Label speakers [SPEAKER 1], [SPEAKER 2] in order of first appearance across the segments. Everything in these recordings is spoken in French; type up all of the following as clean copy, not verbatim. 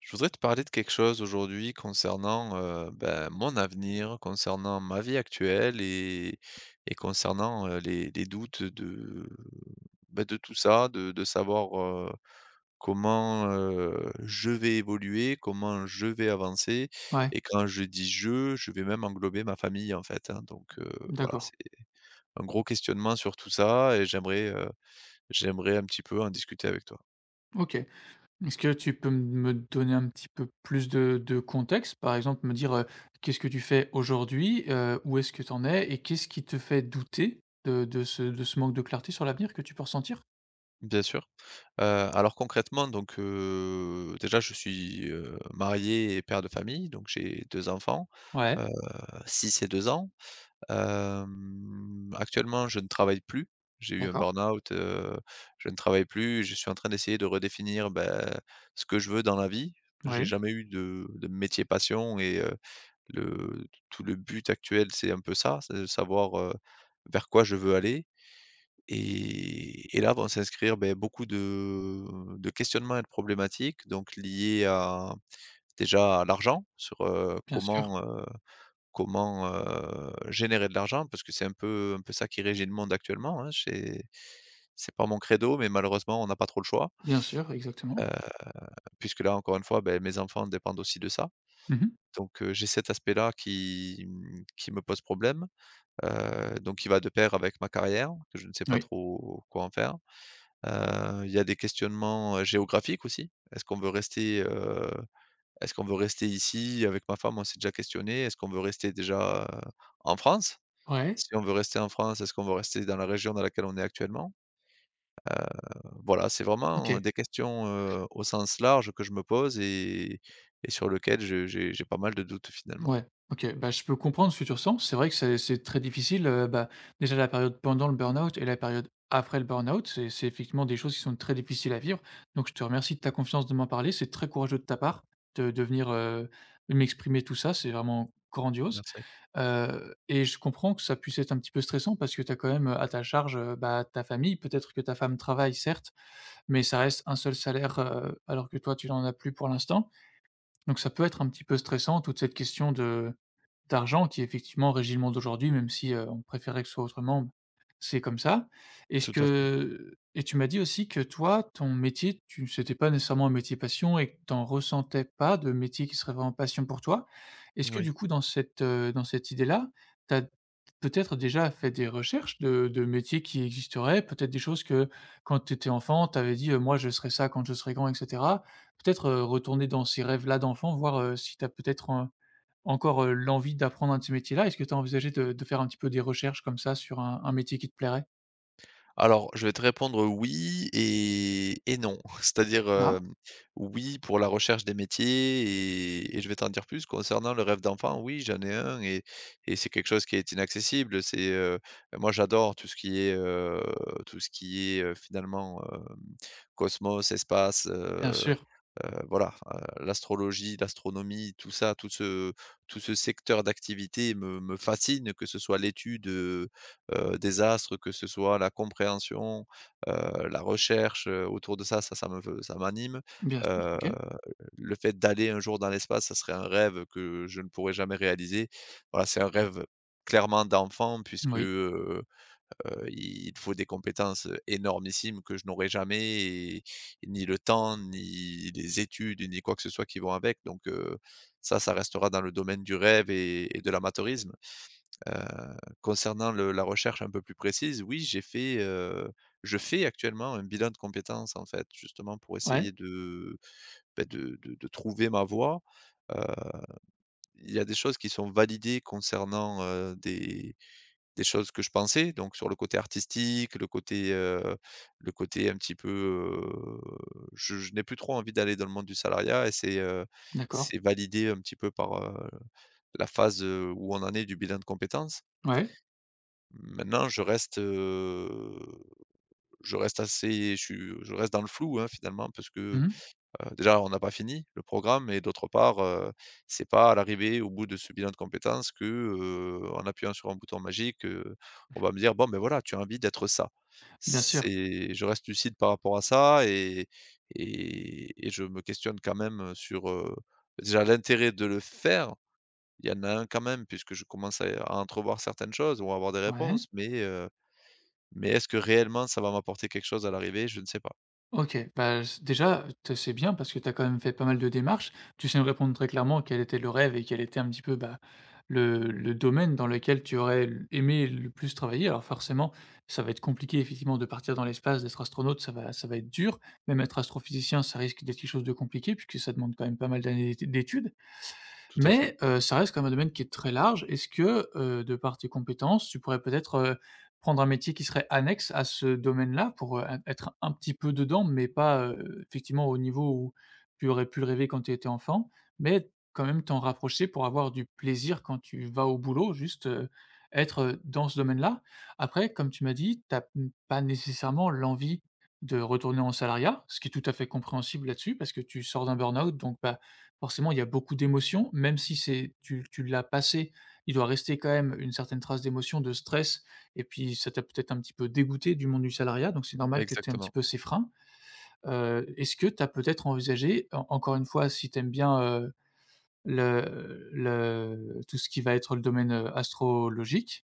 [SPEAKER 1] Je voudrais te parler de quelque chose aujourd'hui concernant mon avenir, concernant ma vie actuelle et concernant les doutes de de tout ça, de savoir comment je vais évoluer, comment je vais avancer.
[SPEAKER 2] Ouais,
[SPEAKER 1] Et quand je dis je vais même englober ma famille en fait, hein. Donc voilà,
[SPEAKER 2] d'accord.
[SPEAKER 1] c'est un gros questionnement sur tout ça et j'aimerais un petit peu en discuter avec toi.
[SPEAKER 2] OK. Est-ce que tu peux m me donner un petit peu plus de contexte? Par exemple, me dire, qu'est-ce que tu fais aujourd'hui? Où est-ce que tu en es? Et qu'est-ce qui te fait douter de ce de ce manque de clarté sur l'avenir que tu peux ressentir?
[SPEAKER 1] Bien sûr. Alors concrètement donc, déjà je suis, marié et père de famille, donc j'ai 2 enfants,
[SPEAKER 2] Ouais,
[SPEAKER 1] heu, 6 et 2 ans. Actuellement je ne travaille plus. J'ai eu un
[SPEAKER 2] d'accord.
[SPEAKER 1] burn-out, je ne travaille plus. Je suis en train d'essayer de redéfinir, ce que je veux dans la vie. J'ai
[SPEAKER 2] Ouais,
[SPEAKER 1] jamais eu de métier passion et le tout le but actuel, c'est un peu ça, c'est de savoir, vers quoi je veux aller. Et là vont s'inscrire, beaucoup de questionnements et de problématiques, donc liés à déjà à l'argent, sur,
[SPEAKER 2] bien sûr,
[SPEAKER 1] générer de l'argent parce que c'est un peu ça qui régit le monde actuellement, hein. C'est pas mon credo, mais malheureusement on n'a pas trop le choix,
[SPEAKER 2] bien sûr, exactement.
[SPEAKER 1] heu, puisque là encore une fois, mes enfants dépendent aussi de ça.
[SPEAKER 2] Mmh.
[SPEAKER 1] Donc, j'ai cet aspect-là qui, qui me pose problème, donc qui va de pair avec ma carrière, que je ne sais pas
[SPEAKER 2] Oui.
[SPEAKER 1] trop quoi en faire. Il y a des questionnements, géographiques aussi. Est-ce qu'on veut rester ici? Avec ma femme, on s'est déjà questionné. Est-ce qu'on veut rester déjà, en France?
[SPEAKER 2] Ouais,
[SPEAKER 1] Si on veut rester en France, est-ce qu'on veut rester dans la région dans laquelle on est actuellement? Voilà, c'est vraiment,
[SPEAKER 2] OK.
[SPEAKER 1] des questions, au sens large que je me pose et sur lesquelles je j'ai pas mal de doutes finalement.
[SPEAKER 2] Ouais, OK. Bah, je peux comprendre ce que tu ressens. C'est vrai que c'est très difficile, bah, déjà la période pendant le burn-out et la période après le burn-out, c'est effectivement des choses qui sont très difficiles à vivre. Donc je te remercie de ta confiance de m'en parler. C'est très courageux de ta part de venir, m'exprimer tout ça, c'est vraiment grandiose,
[SPEAKER 1] Merci.
[SPEAKER 2] et je comprends que ça puisse être un petit peu stressant parce que tu as quand même, à ta charge, bah, ta famille. Peut-être que ta femme travaille certes, mais ça reste un seul salaire, alors que toi tu n'en as plus pour l'instant. Donc ça peut être un petit peu stressant toute cette question de d'argent qui est effectivement régit le monde d'aujourd'hui, même si, on préférait que ce soit autrement, c'est comme ça. Est-ce
[SPEAKER 1] Tout à fait.
[SPEAKER 2] que et tu m'as dit aussi que toi, ton métier, tu c'était pas nécessairement un métier passion et que tu en ressentais pas de métier qui serait vraiment passion pour toi. Est-ce que
[SPEAKER 1] Oui.
[SPEAKER 2] du coup dans cette idée-là, tu as peut-être déjà fait des recherches de métiers qui existeraient? Peut-être des choses que quand tu étais enfant, tu avais dit: Moi je serai ça quand je serai grand» et cetera? Peut-être, retourner dans ces rêves-là d'enfant, voir, si tu as peut-être, encore, l'envie d'apprendre un de ces métiers-là. Est-ce que tu as envisagé de faire un petit peu des recherches comme ça sur un métier qui te plairait?
[SPEAKER 1] Alors, je vais te répondre oui et non. C'est-à-dire,
[SPEAKER 2] Ah,
[SPEAKER 1] oui pour la recherche des métiers et je vais t'en dire plus concernant le rêve d'enfant. Oui, j'en ai un et c'est quelque chose qui est inaccessible. C'est, moi j'adore tout ce qui est, cosmos, espace,
[SPEAKER 2] bien
[SPEAKER 1] euh,
[SPEAKER 2] sûr,
[SPEAKER 1] voilà, l'astrologie, l'astronomie, tout ça, tout ce secteur d'activité me fascine, que ce soit l'étude, des astres, que ce soit la compréhension, la recherche, autour de ça, ça ça me ça m'anime.
[SPEAKER 2] bien sûr,
[SPEAKER 1] Heu,
[SPEAKER 2] OK.
[SPEAKER 1] le fait d'aller un jour dans l'espace, ça serait un rêve que je ne pourrais jamais réaliser. Voilà, c'est un rêve clairement d'enfant puisque,
[SPEAKER 2] Oui.
[SPEAKER 1] il te faut des compétences énormissimes que je n'aurai jamais et ni le temps, ni les études, ni quoi que ce soit qui vont avec, donc ça, ça restera dans le domaine du rêve et de l'amateurisme. Heu, concernant le la recherche un peu plus précise, oui, je fais actuellement un bilan de compétences, en fait, justement pour
[SPEAKER 2] Ouais,
[SPEAKER 1] essayer de, beh, de trouver ma voie. Heu, il y a des choses qui sont validées concernant, des choses que je pensais, donc sur le côté artistique, le côté un petit peu, je n'ai plus trop envie d'aller dans le monde du salariat et
[SPEAKER 2] d'accord,
[SPEAKER 1] c'est validé un petit peu par, la phase, où on en est du bilan de compétences.
[SPEAKER 2] ouais.
[SPEAKER 1] Maintenant je reste, heu, je reste assez je reste dans le flou, hein, finalement. Parce que
[SPEAKER 2] Mmh.
[SPEAKER 1] Déjà, on n'a pas fini le programme et d'autre part, c'est pas à l'arrivée, au bout de ce bilan de compétences que, en appuyant sur un bouton magique, on va me dire: «Bon, ben, voilà, tu as envie d'être ça».
[SPEAKER 2] Bien sûr,
[SPEAKER 1] C'est Je reste lucide par rapport à ça et je me questionne quand même, sur, déjà l'intérêt de le faire. Il y en a un quand même puisque je commence à entrevoir certaines choses ou à avoir des
[SPEAKER 2] ouais.
[SPEAKER 1] réponses, mais est-ce que réellement ça va m'apporter quelque chose à l'arrivée? Je ne sais pas.
[SPEAKER 2] OK, bah, s déjà, t c'est bien parce que tu as quand même fait pas mal de démarches. Tu sais me répondre très clairement quel était le rêve et quel était un petit peu, bah, le domaine dans lequel tu aurais l aimé le plus travailler. Alors forcément, ça va être compliqué effectivement de partir dans l'espace, d'être astronaute, ça va être dur. Même être astrophysicien, ça risque d'être quelque chose de compliqué puisque ça demande quand même pas mal d'années d'études.
[SPEAKER 1] Tout à fait,
[SPEAKER 2] Mais, ça reste quand même un domaine qui est très large. Est-ce que, de par tes compétences, tu pourrais peut-être, prendre un métier qui serait annexe à ce domaine-là pour, être un petit peu dedans, mais pas, effectivement au niveau où tu aurais pu le rêver quand tu étais enfant, mais quand même t'en rapprocher pour avoir du plaisir quand tu vas au boulot, juste, être, dans ce domaine-là? Après, comme tu m'as dit, tu as pas nécessairement l'envie de retourner en salariat, ce qui est tout à fait compréhensible là-dessus parce que tu sors d'un burn-out, donc, bah, forcément, il y a beaucoup d'émotions, même si c'est tu l'as passé, il doit rester quand même une certaine trace d'émotion, de stress et puis ça t'a peut-être un petit peu dégoûté du monde du salariat, donc c'est normal que tu aies un petit
[SPEAKER 1] exactement.
[SPEAKER 2] peu ces freins. Est-ce que tu as peut-être envisagé, en encore une fois, si tu aimes bien, le tout ce qui va être le domaine, astrologique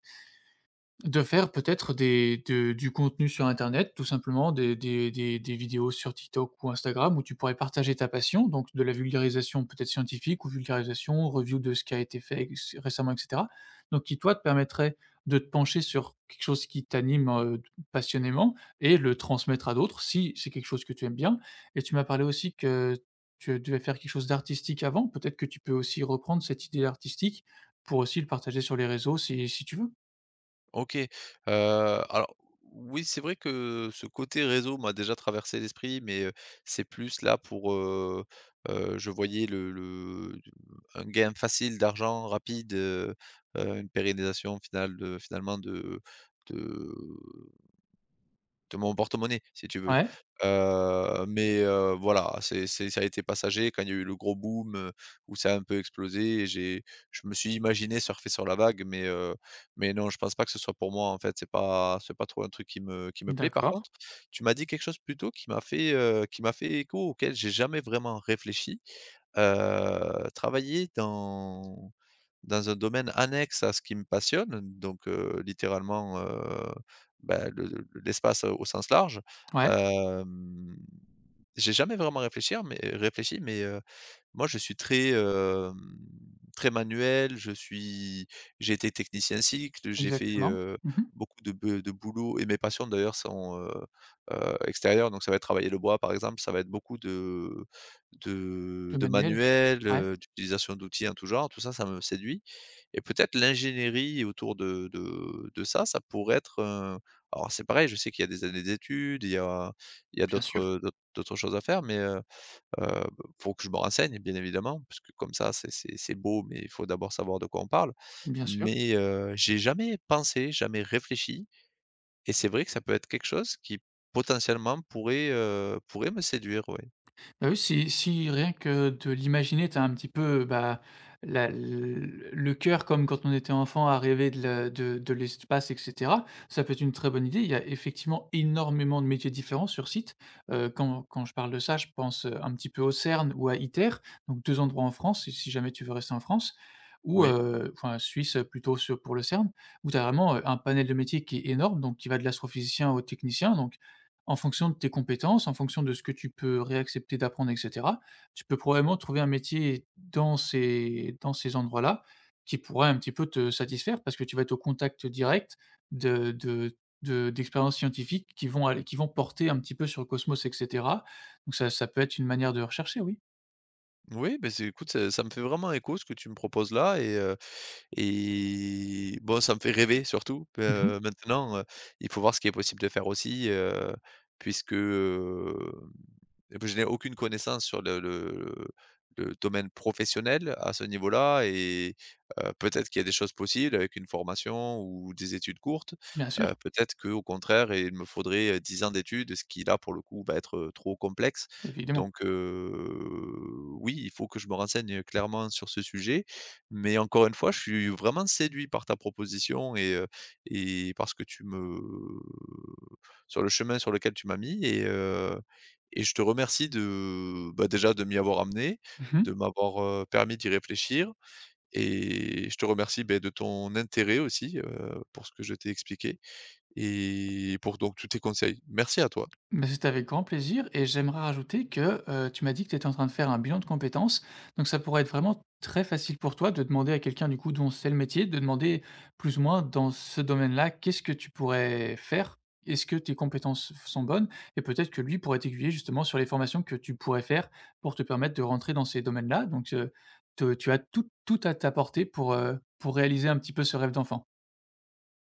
[SPEAKER 2] de faire peut-être des de du contenu sur internet, tout simplement, des vidéos sur TikTok ou Instagram où tu pourrais partager ta passion, donc de la vulgarisation peut-être scientifique ou vulgarisation, review de ce qui a été fait ex récemment et cetera, donc qui toi te permettrait de te pencher sur quelque chose qui t'anime, passionnément et le transmettre à d'autres si c'est quelque chose que tu aimes bien et tu m'as parlé aussi que tu devais faire quelque chose d'artistique avant, peut-être que tu peux aussi reprendre cette idée artistique pour aussi le partager sur les réseaux si si tu veux?
[SPEAKER 1] OK, alors oui, c'est vrai que ce côté réseau m'a déjà traversé l'esprit, c'est plus là pour, je voyais le un gain facile d'argent, rapide, une pérennisation finalement de de mon porte-monnaie, si tu veux.
[SPEAKER 2] Ouais.
[SPEAKER 1] Mais voilà, c'est ça a été passager. Quand il y a eu le gros boom, où ça a un peu explosé. Et j'ai Je me suis imaginé surfer sur la vague, mais non, je pense pas que ce soit pour moi, en fait. C'est pas trop un truc qui me plaît. Par
[SPEAKER 2] D'accord,
[SPEAKER 1] contre, tu m'as dit quelque chose plus tôt qui m'a fait écho, auquel j'ai jamais vraiment réfléchi. Travailler dans un domaine annexe à ce qui me passionne, donc littéralement, le l'espace au sens large,
[SPEAKER 2] ouais,
[SPEAKER 1] hem, j'ai jamais vraiment réfléchi, mais moi, je suis très, très manuel, je suis j'ai été technicien cycle,
[SPEAKER 2] exactement. Mmh.
[SPEAKER 1] beaucoup de be de boulot et mes passions d'ailleurs sont, extérieures, donc ça va être travailler le bois par exemple, ça va être beaucoup
[SPEAKER 2] Le
[SPEAKER 1] de
[SPEAKER 2] manuel.
[SPEAKER 1] manuel,
[SPEAKER 2] Ouais,
[SPEAKER 1] d'utilisation d'outils en tout genre, tout ça, ça me séduit, et peut-être l'ingénierie autour de ça, ça pourrait être, alors c'est pareil, je sais qu'il y a des années d'études, il y a
[SPEAKER 2] bien sûr,
[SPEAKER 1] d'autres choses à faire, mais Heu, faut que je me renseigne, bien évidemment, parce que comme ça, c'est beau, mais il faut d'abord savoir de quoi on parle.
[SPEAKER 2] bien sûr.
[SPEAKER 1] Mais, j'ai jamais pensé, jamais réfléchi, et c'est vrai que ça peut être quelque chose qui potentiellement pourrait, pourrait me séduire, oui.
[SPEAKER 2] Bah, oui, si si rien que de l'imaginer, t'as un petit peu, bah, la le cœur comme quand on était enfant à rêver de la de l'espace et cetera, ça peut être une très bonne idée. Il y a effectivement énormément de métiers différents sur site. Quand je parle de ça, je pense, un petit peu au CERN ou à ITER, donc 2 endroits en France, si si jamais tu veux rester en France ou
[SPEAKER 1] Oui.
[SPEAKER 2] enfin Suisse, plutôt sur pour le CERN, où tu as vraiment, un panel de métiers qui est énorme, donc qui va de l'astrophysicien au technicien, donc en fonction de tes compétences, en fonction de ce que tu peux réaccepter d'apprendre et cetera, tu peux probablement trouver un métier dans ces endroits-là qui pourrait un petit peu te satisfaire parce que tu vas être au contact direct de d'expériences scientifiques qui vont aller qui vont porter un petit peu sur le cosmos et cetera. Donc ça ça peut être une manière de rechercher, oui.
[SPEAKER 1] Oui, c'est écoute, ça me fait vraiment écho ce que tu me proposes là. Et bon, ça me fait rêver surtout,
[SPEAKER 2] Mmh.
[SPEAKER 1] il faut voir ce qui est possible de faire aussi, puisque, heu, je n'ai aucune connaissance sur le domaine professionnel à ce niveau-là et peut-être qu'il y a des choses possibles avec une formation ou des études courtes.
[SPEAKER 2] Bien sûr,
[SPEAKER 1] Peut-être qu'au contraire, il me faudrait, 10 ans d'études, ce qui là, pour le coup, va être, trop complexe.
[SPEAKER 2] évidemment.
[SPEAKER 1] Donc, oui, il faut que je me renseigne clairement sur ce sujet, mais encore une fois, je suis vraiment séduit par ta proposition et par que tu me sur le chemin sur lequel tu m'as mis, et je te remercie de, déjà de m'y avoir amené, de
[SPEAKER 2] Mmh.
[SPEAKER 1] m'avoir, permis d'y réfléchir, et je te remercie, de ton intérêt aussi, pour ce que je t'ai expliqué et pour donc tous tes conseils. Merci à toi.
[SPEAKER 2] Bah, c'était avec grand plaisir et j'aimerais rajouter que, tu m'as dit que tu étais en train de faire un bilan de compétences, donc ça pourrait être vraiment très facile pour toi de demander à quelqu'un du coup dont c'est le métier, de demander plus ou moins dans ce domaine-là, qu'est-ce que tu pourrais faire? Est-ce que tes compétences sont bonnes? Et peut-être que lui pourrait t'aiguiller justement sur les formations que tu pourrais faire pour te permettre de rentrer dans ces domaines-là, donc te tu as tout à ta portée pour réaliser un petit peu ce rêve d'enfant.